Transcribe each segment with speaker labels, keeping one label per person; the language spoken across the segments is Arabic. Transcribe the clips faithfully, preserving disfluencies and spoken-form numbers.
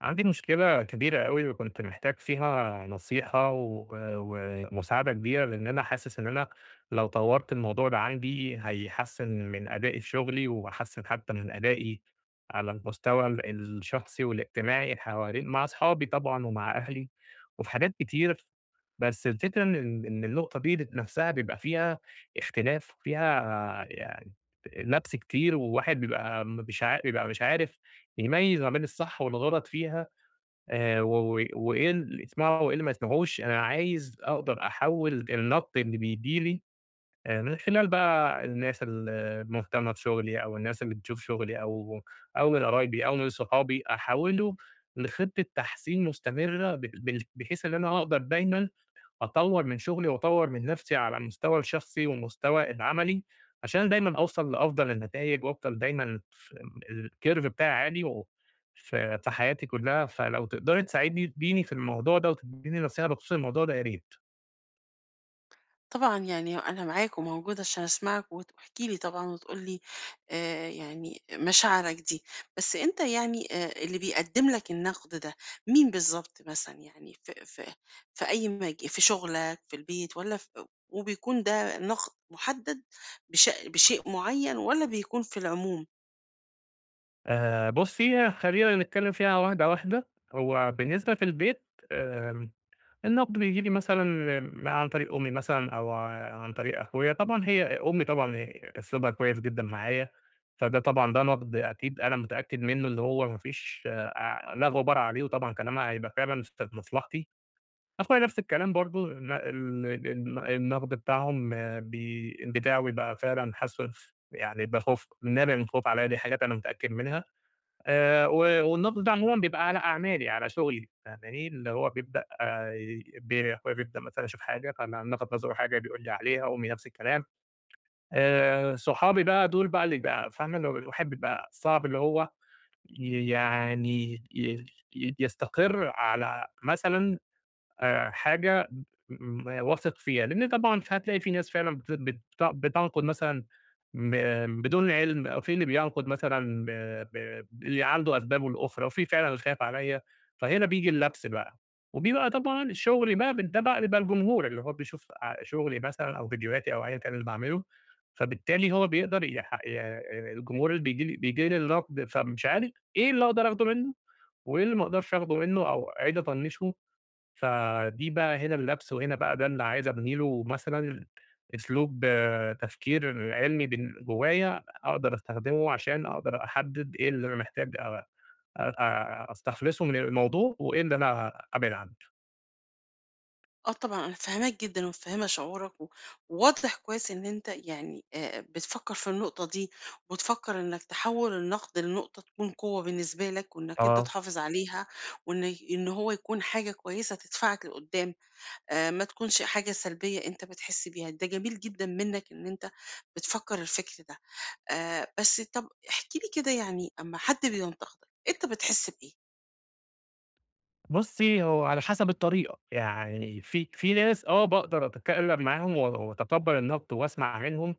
Speaker 1: عندي مشكلة كبيرة أوي وكنت محتاج فيها نصيحة و- ومساعدة كبيرة لأن أنا حاسس إن أنا لو طورت الموضوع ده عندي هيحسن من أدائي في شغلي وأحسن حتى من أدائي على المستوى ال- الشخصي والاجتماعي حوالين مع أصحابي طبعا ومع أهلي وفي حاجات كتير بس الفكرة إن إن النقطة دي نفسها بيبقى فيها اختلاف وفيها يعني لبس كتير وواحد بيبقى مش عارف بيبقى مش عارف يميز ما بين الصح والغلط فيها، آآ و و- وإيه اللي يسمعه وإيه اللي ما يسمعهوش. أنا عايز أقدر أحوّل النقد اللي بييجي لي آآ من خلال بقى الناس المهتمة بشغلي أو الناس اللي بتشوف شغلي أو أو من قرايبي أو من صحابي، أحوّله لخطة تحسين مستمرة ب بال بحيث إن أنا أقدر دايمًا أطوّر من شغلي وأطوّر من نفسي على المستوى الشخصي والمستوى العملي، عشان دايمًا أوصل لأفضل النتايج وأفضل دايمًا ف الcurve بتاعي عالي و ف في حياتي كلّها. فلو تقدري تساعديني في الموضوع ده وتدّيني نصيحة بخصوص الموضوع ده يا ريت.
Speaker 2: طبعًا يعني أنا معاك وموجودة عشان أسمعك وت واحكِ لي طبعًا وتقول لي آآ يعني مشاعرك دي، بس أنت يعني آآ اللي بيقدّم لك النقد ده مين بالضبط مثلًا؟ يعني في في في أي مج في شغلك، في البيت والّا ف وبيكون ده نقد مُحدد بش بشيء معيّن والّا بيكون في العموم؟
Speaker 1: آآ بُصّي، خلّينا نتكلّم فيها واحدة، واحدة. هو بالنسبة في البيت، آمم النقد بييجي لي مثلًا عن طريق أمي مثلًا أو عن طريق أخويا. طبعًا هي أمي طبعًا هي أسلوبها كويس جدًا معايا، فده طبعًا ده نقد أكيد أنا متأكد منه، اللي هو ما فيش آآ لا غبار عليه، وطبعًا كلامها هيبقى فعلًا في مصلحتي. أخويا نفس الكلام برضه، ن ال ال النقد بتاعهم آه، بي بتاعه بيبقى فعلًا حاسه يعني بخوف، نابع من خوف عليّا، دي حاجات أنا متأكد منها. آآ و والنقد ده عمومًا بيبقى على أعمالي، على شغلي، فاهماني؟ اللي هو بيبدأ ب هو بيبدأ مثلًا يشوف حاجة، فأنا لفت نظره حاجة بيقول لي عليها، وأمي نفس الكلام. آآ صحابي بقى دول بقى اللي بقى فاهمة؟ اللي هو الواحد بيبقى صعب، اللي هو ي يعني ي ي يستقر على مثلًا آآ حاجة م واثق فيها، لإن طبعًا ف هتلاقي في ناس فعلًا بت بت بتنقد مثلًا م آمم، بدون علم، أو في اللي بينقد مثلًا ب ب اللي عنده أسبابه الأخرى، وفي فعلًا اللي خايف عليَّ. فهنا بييجي اللبْس بقى. وبيبقى طبعًا شغلي بقى ب ده بقى بيبقى الجمهور، اللي هو بيشوف ع شغلي مثلًا أو فيديوهاتي أو أيًا كان اللي باعمله، فبالتالي هو بيقدر يح ي الجمهور اللي بييجي لي بييجي لي النقد، فمش عارف إيه اللي أقدر آخده منه، وإيه اللي ما أقدرش آخده منه، أو أعيد أطنّشه. فدي بقى هنا اللبس، وهنا بقى ده اللي عايز أبني له مثلًا أسلوب، آه، تفكير علمي بال جوايا أقدر أستخدمه عشان أقدر أحدد إيه اللي أنا محتاج أ أ أستخلصه من الموضوع، وإيه اللي أنا أبعد عنه.
Speaker 2: آه طبعًا، أنا فاهماك جدًا ومتفهمة شعورك، و وواضح كويس إن أنت يعني آآ بتفكر في النقطة دي، وبتفكر إنك تحوّل النقد لنقطة تكون قوة بالنسبة لك، وإنك أنت
Speaker 1: آه.
Speaker 2: تحافظ عليها، وإن إن هو يكون حاجة كويسة تدفعك لقدّام، آآ ما تكونش حاجة سلبية أنت بتحس بيها، ده جميل جدًا منك إن أنت بتفكر الفكر ده. آآ بس طَب احكِ لي كده يعني أمّا حد بينتقدك، أنت بتحس بإيه؟
Speaker 1: بُصّي، هو على حسب الطريقة. يعني في في ناس آه باقدر أتكلم معاهم و وأتقبل النقد وأسمع منهم،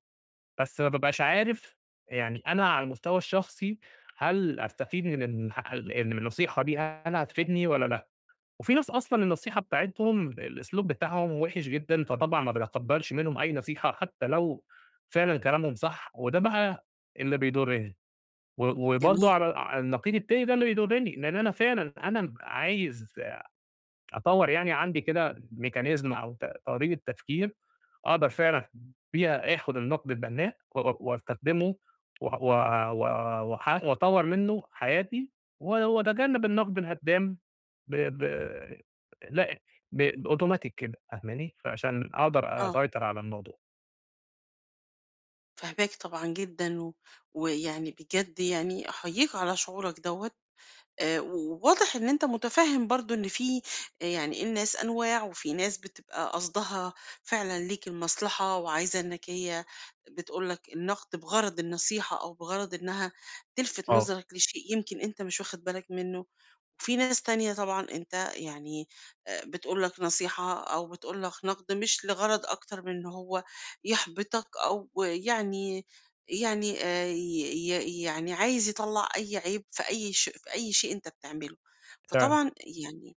Speaker 1: بس ما بابقاش عارف يعني أنا على المستوى الشخصي هل أستفيد من الح ال النصيحة دي، هل هتفيدني والّا لأ؟ وفي ناس أصلًا النصيحة بتاعتهم الأسلوب بتاعهم وِحِش جدًا، فطبعًا ما باتقبّلش منهم أي نصيحة حتى لو فعلًا كلامهم صح، وده بقى اللي بيضرني. و وبرضه
Speaker 2: جميل،
Speaker 1: على على النقيض التاني ده اللي بيضرني، لإن أنا فعلًا أنا عايز أطوّر، يعني عندي كده ميكانيزم أو ط طريقة تفكير أقدر فعلًا فيها آخُد النقد البنّاء و و- واستخدمه وأ و و وأح وأطوّر منّه حياتي و وأتجنّب النقد الهدّام ب ب لأ ب أوتوماتيك كده فاهماني؟ فعشان أقدر
Speaker 2: آه.
Speaker 1: أسيطر على الموضوع.
Speaker 2: فاهماك طبعًا جدًا، و ويعني بجد يعني أحييك على شعورك دوّة، آآ، وواضح إن أنت متفهم برضه إن في آآ، يعني الناس أنواع، وفي ناس بتبقى قصدها فعلًا ليك المصلحة وعايزة إنك هي بتقول لك النقد بغرض النصيحة أو بغرض إنها تلفت
Speaker 1: آه،
Speaker 2: نظرك لشيء يمكن أنت مش واخد بالك منه. وفي ناس تانية طبعًا أنت يعني آآ بتقول لك نصيحة أو بتقول لك نقد مش لغرض أكتر من إن هو يحبطك أو يعني يعني آآ ي ي يعني عايز يطلّع أي عيب في أي ش في أي شيء أنت بتعمله،
Speaker 1: فعلًا.
Speaker 2: فطبعًا يعني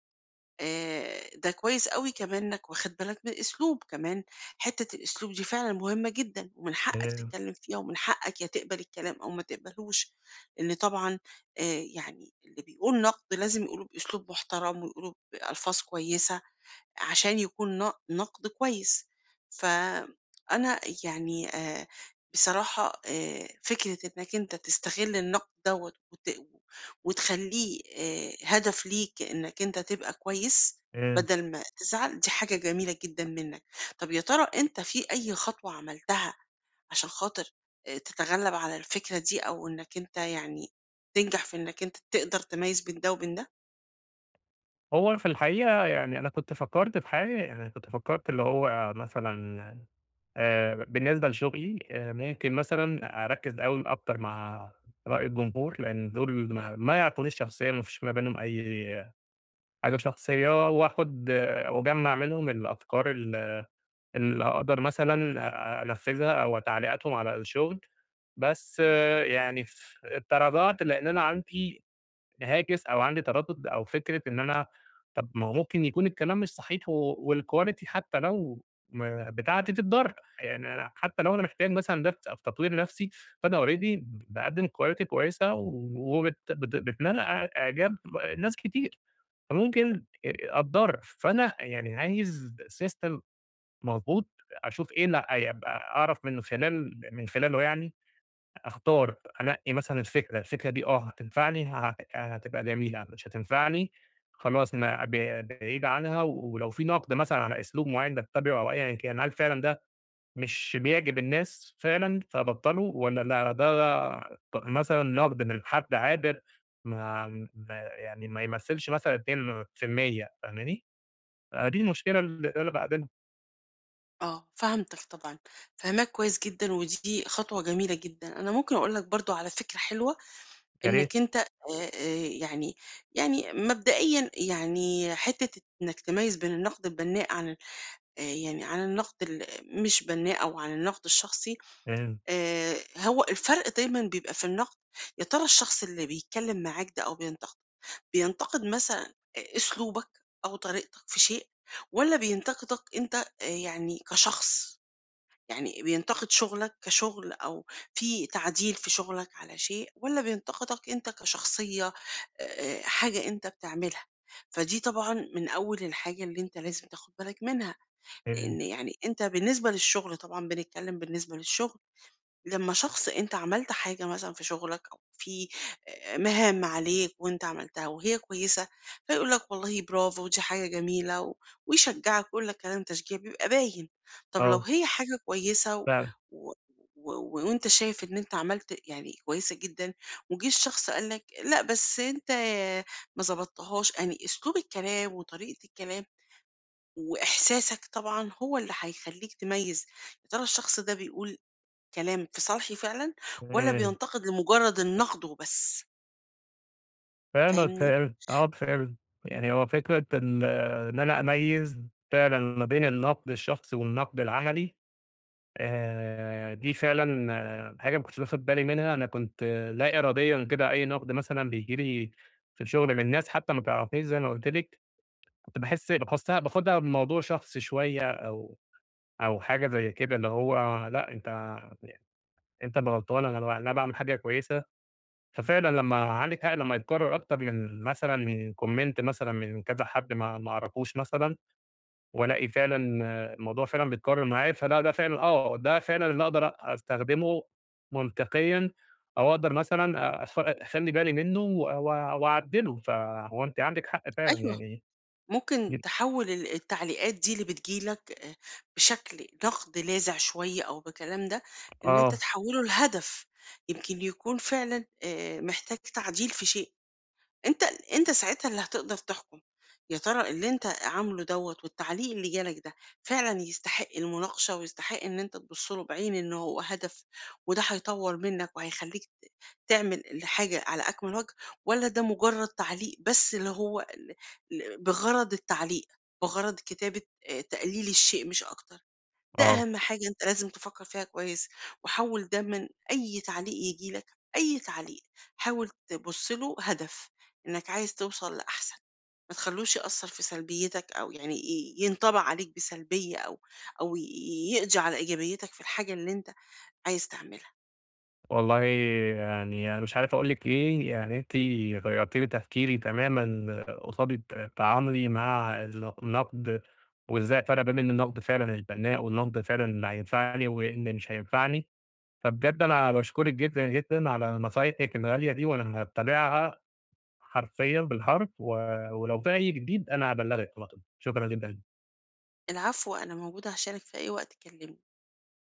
Speaker 2: آآ ده كويس أوي كمان إنك واخد بالك من الأسلوب، كمان حتّة الأسلوب دي فعلًا مهمة جدًا، ومن حقّك
Speaker 1: آآ
Speaker 2: تتكلّم فيها ومن حقّك يا تقبل الكلام أو ما تقبلهوش، لإن طبعًا آآ يعني اللي بيقول نقد لازم يقولوه بأسلوب محترم ويقولوه بألفاظ كويسة، عشان يكون ن نقد كويس. فأنا يعني آآ بصراحة آآ فكرة إنّك أنت تستغل النقد دوّة وت وتخلّيه آآ هدف ليك إنّك أنت تبقى كويس
Speaker 1: آآ
Speaker 2: بدل ما تزعل، دي حاجة جميلة جدًا منّك. طب يا ترى أنت في أي خطوة عملتها عشان خاطر آآ تتغلّب على الفكرة دي أو إنّك أنت يعني تنجح في إنّك أنت تقدر تميّز بين ده وبين ده؟
Speaker 1: هو في الحقيقة يعني أنا كنت فكّرت في حاجة، يعني كنت فكّرت اللي هو مثلًا آآ بالنسبة لشغلي آآ ممكن مثلًا أركّز أوي أكتر مع رأي الجمهور، لإن دول ما ما يعرفونيش شخصيًا، ما فيش ما بينهم أي حاجة شخصية، وآخُد آه، وأجمّع منهم الأفكار ال اللي هاقدر مثلًا أ أنفّذها أو تعليقاتهم على الشغل. بس آه، يعني في التراجعت لإن أنا عندي هاكس أو عندي تردد أو فكرة إن أنا، طب ما هو ممكن يكون الكلام مش صحيح، و والquality حتى لو م بتاعتي تتضر، يعني أنا حتى لو أنا محتاج مثلًا ده في تطوير نفسي، فأنا already باقدم quality كويسة، وبت بت بتنال إع إعجاب ناس كتير، فممكن آآ أتضر. فأنا يعني عايز system مضبوط، أشوف إيه اللي هيبقى، أعرف من خلال من خلاله يعني أختار أنقي مثلًا الفكرة، الفكرة دي آه هتنفعني ه هتبقى جميلة، مش هتنفعني خلاص ما ب بعيد عنها. ولو في نقد مثلًا على أسلوب معيّن باتبعه أو أيًا كان، هل فعلًا ده مش بيعجب الناس فعلًا فابطّله، والّا لأ ده ط مثلًا نقد من حد عابر ما ما يعني ما يمثّلش مثلًا اتنين في المية فاهماني؟ فدي المشكلة اللي أنا باقابلها.
Speaker 2: آه، فهمتك طبعًا، فاهماك كويس جدًا، ودي خطوة جميلة جدًا. أنا ممكن أقول لك برضه على فكرة حلوة،
Speaker 1: يا ريت.
Speaker 2: إنك أنت آآ، آآ، يعني يعني مبدئيًا يعني حتة إنك تميّز بين النقد البناء عن ال آآ، يعني عن النقد ال مش بناء أو عن النقد الشخصي،
Speaker 1: إمم،
Speaker 2: آآ، هو الفرق دايمًا بيبقى في النقد، يا ترى الشخص اللي بيتكلم معاك ده أو بينتقدك، بينتقد مثلًا أ أسلوبك أو طريقتك في شيء والّا بينتقدك أنت آآ، يعني كشخص؟ يعني بينتقد شغلك كشغل أو في تعديل في شغلك على شيء والّا بينتقدك أنت كشخصية آآ حاجة أنت بتعملها؟ فدي طبعًا من أول الحاجة اللي أنت لازم تاخد بالك منها،
Speaker 1: إمم،
Speaker 2: لإن يعني أنت بالنسبة للشغل طبعًا بنتكلم بالنسبة للشغل. لمّا شخص أنت عملت حاجة مثلًا في شغلك أو في آآ مهام عليك وأنت عملتها وهي كويسة، فيقول لك والله برافو دي حاجة جميلة و ويشجّعك ويقول لك كلام تشجيعي بيبقى باين. طب لو
Speaker 1: آه
Speaker 2: هي حاجة كويسة و
Speaker 1: فعلًا.
Speaker 2: و و وأنت شايف إن أنت عملت يعني كويسة جدًا وجِه الشخص قال لك لأ بس أنت ما ضبطتهاش، يعني أسلوب الكلام وطريقة الكلام وإحساسك طبعًا هو اللي هيخلّيك تميّز يا ترى الشخص ده بيقول كلام في صالحي فعلًا، والّا
Speaker 1: إيه.
Speaker 2: بينتقد لمجرد النقد وبس،
Speaker 1: فاهمك،
Speaker 2: فاهمني؟
Speaker 1: فاهم، آه فاهم. يعني هو فكرة ال إن أنا أميّز فعلًا ما بين النقد الشخصي والنقد العملي، آآ دي فعلًا آه، حاجة ما كنتش باخد بالي منها. أنا كنت آه، لا إراديًا كده أي نقد مثلًا بييجي لي في الشغل من ناس حتى ما تعرفنيش زي ما قُلت لِك، كنت باحس باحسها باخدها بموضوع شخصي شوية أو أو حاجة زي كده، اللي هو لأ أنت أنت اللي غلطان، أنا ب أنا باعمل حاجة كويسة. ففعلًا لمّا عندِك حق، لمّا يتكرر أكتر من مثلًا من comment مثلًا من كذا حد ما ما أعرفوش مثلًا، وألاقي فعلًا آه، الموضوع فعلًا بيتكرر معايا، فده ده فعلًا آه، ده فعلًا اللي أقدر أستخدمه منطقيًا، أو أقدر مثلًا أخ أخلّي بالي منه و و- وأعدّله. فهو أنتِ عندِك حق فعلًا
Speaker 2: أيوه،
Speaker 1: يعني.
Speaker 2: ممكن تحوّل ال التعليقات دي اللي بتيجي لك آآ بشكل نقد لاذع شوية أو بكلام ده، إن أنت
Speaker 1: آه،
Speaker 2: تحوّله لهدف، يمكن يكون فعلًا آآ محتاج تعديل في شيء. أنت أنت ساعتها اللي هتقدر تحكم، يا ترى اللي أنت عامله دوّة والتعليق اللي جالك ده فعلًا يستحق المناقشة ويستحق إن أنت تبُص له بعين إن هو هدف وده هيطوّر منّك وهيخلّيك ت تعمل الحاجة على أكمل وجه، والّا ده مجرد تعليق بس اللي هو ل ل بغرض التعليق، بغرض كتابة آآ تقليل الشيء مش أكتر؟ ده
Speaker 1: آه.
Speaker 2: أهم حاجة أنت لازم تفكر فيها كويس، وحوّل ده من أي تعليق ييجي لك، أي تعليق، حاول تبُص له هدف، إنك عايز توصل لأحسن، ما تخلّوش يأثّر في سلبيتك أو يعني ي ينطبع عليك بسلبية أو أو ي يقضي على إيجابيتك في الحاجة اللي أنت عايز تعملها.
Speaker 1: والله يعني أنا مش عارف أقول لِك إيه. يعني أنتِ غيّرتِ لي تفكيري تمامًا قصاد ت تعاملي مع الن النقد، وإزاي أفرّق بين النقد فعلًا البناء والنقد فعلًا اللي هينفعني واللي مش هينفعني. فبجد أنا باشكرِك جدًا، جدًا على نصايحِك الغالية دي، وأنا هاتبعها حرفيًا بالحرف، و ولو في أي جديد أنا هابلّغِك على طول. شكرًا جدًا.
Speaker 2: العفو، أنا موجودة عشانك في أي وقت تكلمني.